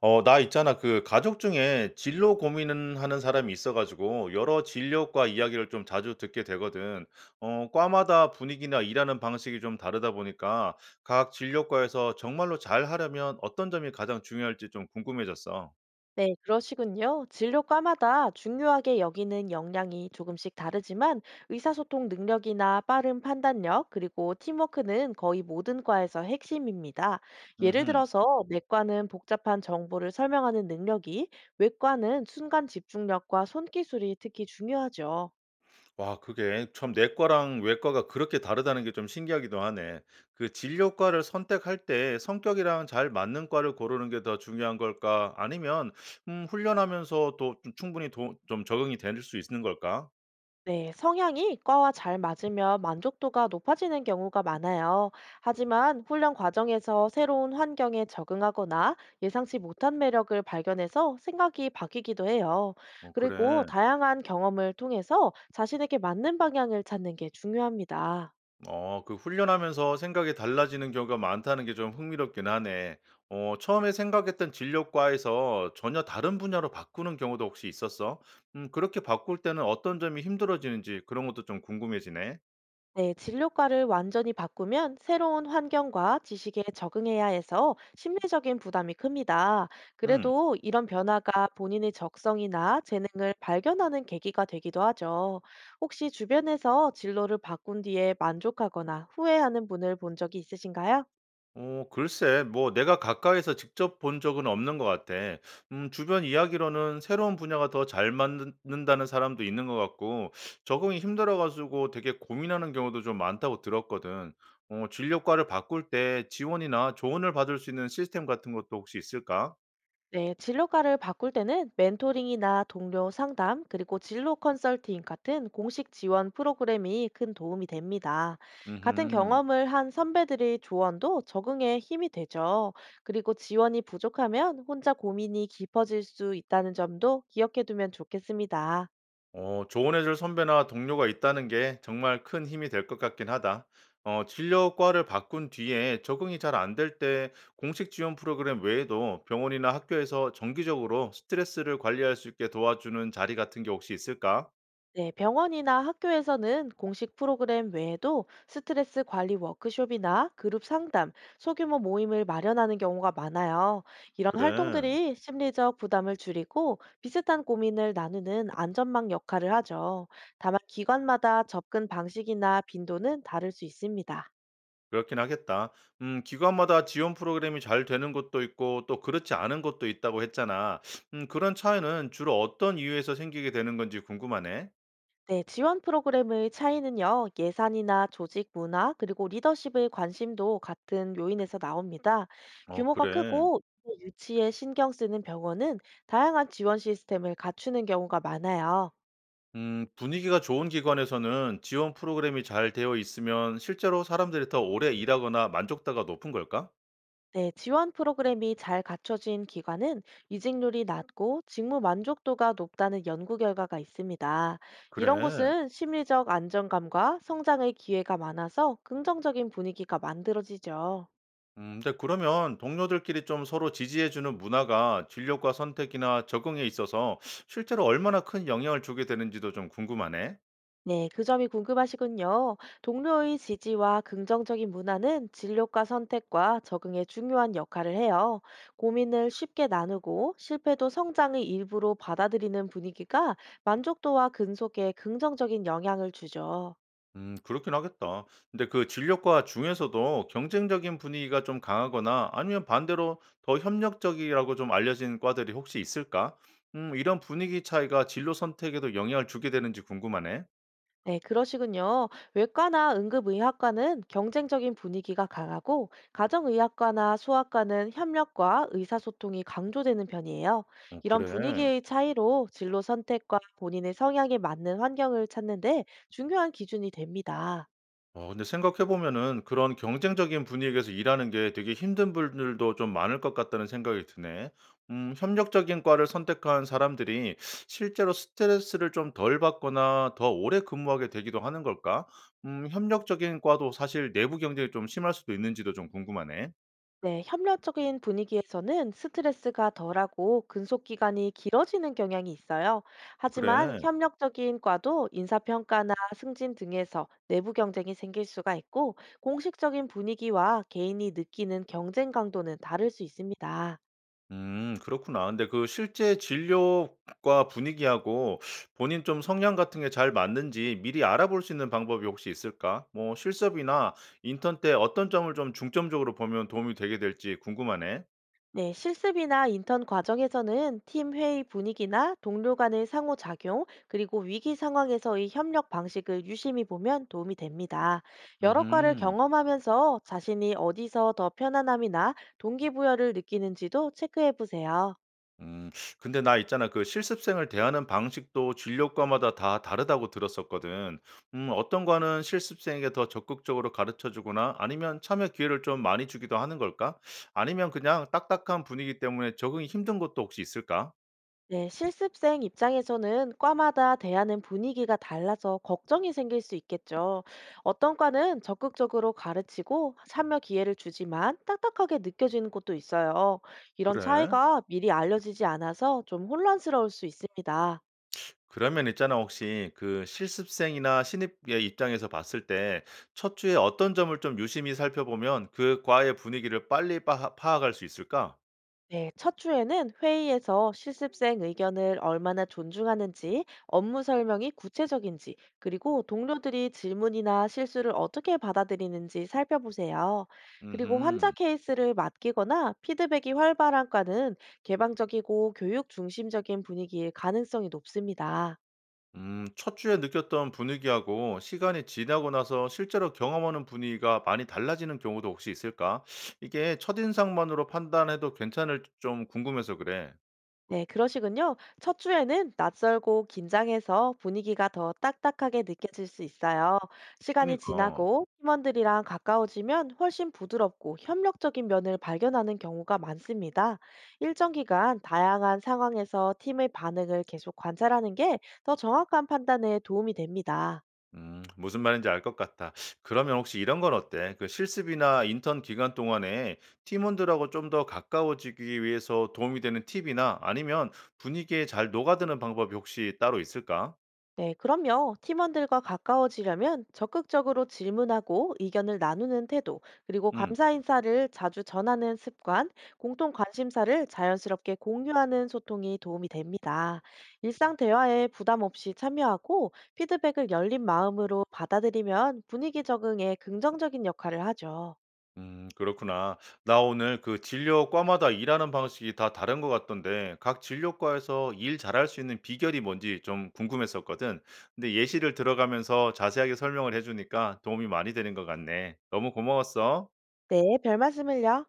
어 나 있잖아 그 가족 중에 진로 고민하는 은 사람이 있어 가지고 여러 진료과 이야기를 좀 자주 듣게 되거든. 어 과마다 분위기나 일하는 방식이 좀 다르다 보니까 각 진료과에서 정말로 잘하려면 어떤 점이 가장 중요할지 좀 궁금해졌어. 네, 그러시군요. 진료과마다 중요하게 여기는 역량이 조금씩 다르지만 의사소통 능력이나 빠른 판단력, 그리고 팀워크는 거의 모든 과에서 핵심입니다. 예를 음흠. 들어서 내과는 복잡한 정보를 설명하는 능력이, 외과는 순간 집중력과 손기술이 특히 중요하죠. 와 그게 참 내과랑 외과가 그렇게 다르다는 게 좀 신기하기도 하네. 그 진료과를 선택할 때 성격이랑 잘 맞는 과를 고르는 게 더 중요한 걸까? 아니면 훈련하면서 또 좀 충분히 도 좀 적응이 될 수 있는 걸까? 네, 성향이 과와 잘 맞으면 만족도가 높아지는 경우가 많아요. 하지만 훈련 과정에서 새로운 환경에 적응하거나 예상치 못한 매력을 발견해서 생각이 바뀌기도 해요. 어 그리고 그래. 다양한 경험을 통해서 자신에게 맞는 방향을 찾는 게 중요합니다. 어 그 훈련하면서 생각이 달라지는 경우가 많다는 게 좀 흥미롭긴 하네. 어 처음에 생각했던 진료과에서 전혀 다른 분야로 바꾸는 경우도 혹시 있었어? 그렇게 바꿀 때는 어떤 점이 힘들어지는지 그런 것도 좀 궁금해지네. 네, 진료과를 완전히 바꾸면 새로운 환경과 지식에 적응해야 해서 심리적인 부담이 큽니다. 음. 그래도 이런 변화가 본인의 적성이나 재능을 발견하는 계기가 되기도 하죠. 혹시 주변에서 진로를 바꾼 뒤에 만족하거나 후회하는 분을 본 적이 있으신가요? 어 글쎄 뭐 내가 가까이서 직접 본 적은 없는 것 같아. 주변 이야기로는 새로운 분야가 더 잘 맞는다는 사람도 있는 것 같고 적응이 힘들어 가지고 되게 고민하는 경우도 좀 많다고 들었거든. 어 진료과를 바꿀 때 지원이나 조언을 받을 수 있는 시스템 같은 것도 혹시 있을까? 네, 진로과를 바꿀 때는 멘토링이나 동료 상담, 그리고 진로 컨설팅 같은 공식 지원 프로그램이 큰 도움이 됩니다. 같은 음 경험을 한 선배들의 조언도 적응에 힘이 되죠. 그리고 지원이 부족하면 혼자 고민이 깊어질 수 있다는 점도 기억해 두면 좋겠습니다. 어, 조언해줄 선배나 동료가 있다는 게 정말 큰 힘이 될 것 같긴 하다. 어, 진료과를 바꾼 뒤에 적응이 잘 안 될 때 공식 지원 프로그램 외에도 병원이나 학교에서 정기적으로 스트레스를 관리할 수 있게 도와주는 자리 같은 게 혹시 있을까? 네, 병원이나 학교에서는 공식 프로그램 외에도 스트레스 관리 워크숍이나 그룹 상담, 소규모 모임을 마련하는 경우가 많아요. 이런 그래, 활동들이 심리적 부담을 줄이고 비슷한 고민을 나누는 안전망 역할을 하죠. 다만 기관마다 접근 방식이나 빈도는 다를 수 있습니다. 그렇긴 하겠다. 기관마다 지원 프로그램이 잘 되는 곳도 있고 또 그렇지 않은 곳도 있다고 했잖아. 그런 차이는 주로 어떤 이유에서 생기게 되는 건지 궁금하네. 네, 지원 프로그램의 차이는요, 예산이나 조직 문화, 그리고 리더십의 관심도 같은 요인에서 나옵니다. 어, 규모가 그래. 크고 유치에 신경 쓰는 병원은 다양한 지원 시스템을 갖추는 경우가 많아요. 분위기가 좋은 기관에서는 지원 프로그램이 잘 되어 있으면 실제로 사람들이 더 오래 일하거나 만족도가 높은 걸까? 네, 지원 프로그램이 잘 갖춰진 기관은 이직률이 낮고 직무 만족도가 높다는 연구 결과가 있습니다. 이런 그래. 곳은 심리적 안정감과 성장의 기회가 많아서 긍정적인 분위기가 만들어지죠. 근데 그러면 동료들끼리 좀 서로 지지해주는 문화가 진료과 선택이나 적응에 있어서 실제로 얼마나 큰 영향을 주게 되는지도 좀 궁금하네. 네, 그 점이 궁금하시군요. 동료의 지지와 긍정적인 문화는 진료과 선택과 적응에 중요한 역할을 해요. 고민을 쉽게 나누고 실패도 성장의 일부로 받아들이는 분위기가 만족도와 근속에 긍정적인 영향을 주죠. 그렇긴 하겠다. 근데 그 진료과 중에서도 경쟁적인 분위기가 좀 강하거나 아니면 반대로 더 협력적이라고 좀 알려진 과들이 혹시 있을까? 이런 분위기 차이가 진로 선택에도 영향을 주게 되는지 궁금하네. 네, 그러시군요. 외과나 응급의학과는 경쟁적인 분위기가 강하고, 가정의학과나 소아과는 협력과 의사소통이 강조되는 편이에요. 어 이런 그래. 분위기의 차이로 진로 선택과 본인의 성향에 맞는 환경을 찾는데 중요한 기준이 됩니다. 어 근데 생각해 보면은 그런 경쟁적인 분위기에서 일하는 게 되게 힘든 분들도 좀 많을 것 같다는 생각이 드네. 협력적인 과를 선택한 사람들이 실제로 스트레스를 좀 덜 받거나 더 오래 근무하게 되기도 하는 걸까? 협력적인 과도 사실 내부 경쟁이 좀 심할 수도 있는지도 좀 궁금하네. 네, 협력적인 분위기에서는 스트레스가 덜하고 근속 기간이 길어지는 경향이 있어요. 하지만 그래. 협력적인 과도 인사평가나 승진 등에서 내부 경쟁이 생길 수가 있고 공식적인 분위기와 개인이 느끼는 경쟁 강도는 다를 수 있습니다. 그렇구나. 근데 그 실제 진료과 분위기하고 본인 좀 성향 같은 게 잘 맞는지 미리 알아볼 수 있는 방법이 혹시 있을까? 뭐 실습이나 인턴 때 어떤 점을 좀 중점적으로 보면 도움이 되게 될지 궁금하네. 네, 실습이나 인턴 과정에서는 팀 회의 분위기나 동료 간의 상호작용, 그리고 위기 상황에서의 협력 방식을 유심히 보면 도움이 됩니다. 여러 과를 음흠. 경험하면서 자신이 어디서 더 편안함이나 동기부여를 느끼는지도 체크해 보세요. 음. 근데 나 있잖아. 그 실습생을 대하는 방식도 진료과마다 다 다르다고 들었었거든. 어떤 과는 실습생에게 더 적극적으로 가르쳐 주거나 아니면 참여 기회를 좀 많이 주기도 하는 걸까? 아니면 그냥 딱딱한 분위기 때문에 적응이 힘든 것도 혹시 있을까? 네, 실습생 입장에서는 과마다 대하는 분위기가 달라서 걱정이 생길 수 있겠죠. 어떤 과는 적극적으로 가르치고 참여 기회를 주지만 딱딱하게 느껴지는 곳도 있어요. 이런 그래. 차이가 미리 알려지지 않아서 좀 혼란스러울 수 있습니다. 그러면 있잖아. 혹시 그 실습생이나 신입의 입장에서 봤을 때 첫 주에 어떤 점을 좀 유심히 살펴보면 그 과의 분위기를 빨리 파악할 수 있을까? 네, 첫 주에는 회의에서 실습생 의견을 얼마나 존중하는지, 업무 설명이 구체적인지, 그리고 동료들이 질문이나 실수를 어떻게 받아들이는지 살펴보세요. 그리고 환자 음흠. 케이스를 맡기거나 피드백이 활발한 과는 개방적이고 교육 중심적인 분위기일 가능성이 높습니다. 첫 주에 느꼈던 분위기하고 시간이 지나고 나서 실제로 경험하는 분위기가 많이 달라지는 경우도 혹시 있을까? 이게 첫인상만으로 판단해도 괜찮을지 좀 궁금해서 그래. 네, 그러시군요. 첫 주에는 낯설고 긴장해서 분위기가 더 딱딱하게 느껴질 수 있어요. 시간이 그니까. 지나고 팀원들이랑 가까워지면 훨씬 부드럽고 협력적인 면을 발견하는 경우가 많습니다. 일정 기간 다양한 상황에서 팀의 반응을 계속 관찰하는 게 더 정확한 판단에 도움이 됩니다. 무슨 말인지 알 것 같다. 그러면 혹시 이런 건 어때? 그 실습이나 인턴 기간 동안에 팀원들하고 좀 더 가까워지기 위해서 도움이 되는 팁이나 아니면 분위기에 잘 녹아드는 방법이 혹시 따로 있을까? 네, 그럼요. 팀원들과 가까워지려면 적극적으로 질문하고 의견을 나누는 태도, 그리고 음. 감사 인사를 자주 전하는 습관, 공통 관심사를 자연스럽게 공유하는 소통이 도움이 됩니다. 일상 대화에 부담 없이 참여하고 피드백을 열린 마음으로 받아들이면 분위기 적응에 긍정적인 역할을 하죠. 그렇구나. 나 오늘 그 진료과마다 일하는 방식이 다 다른 것 같던데 각 진료과에서 일 잘할 수 있는 비결이 뭔지 좀 궁금했었거든. 근데 예시를 들어가면서 자세하게 설명을 해주니까 도움이 많이 되는 것 같네. 너무 고마웠어. 네, 별 말씀을요.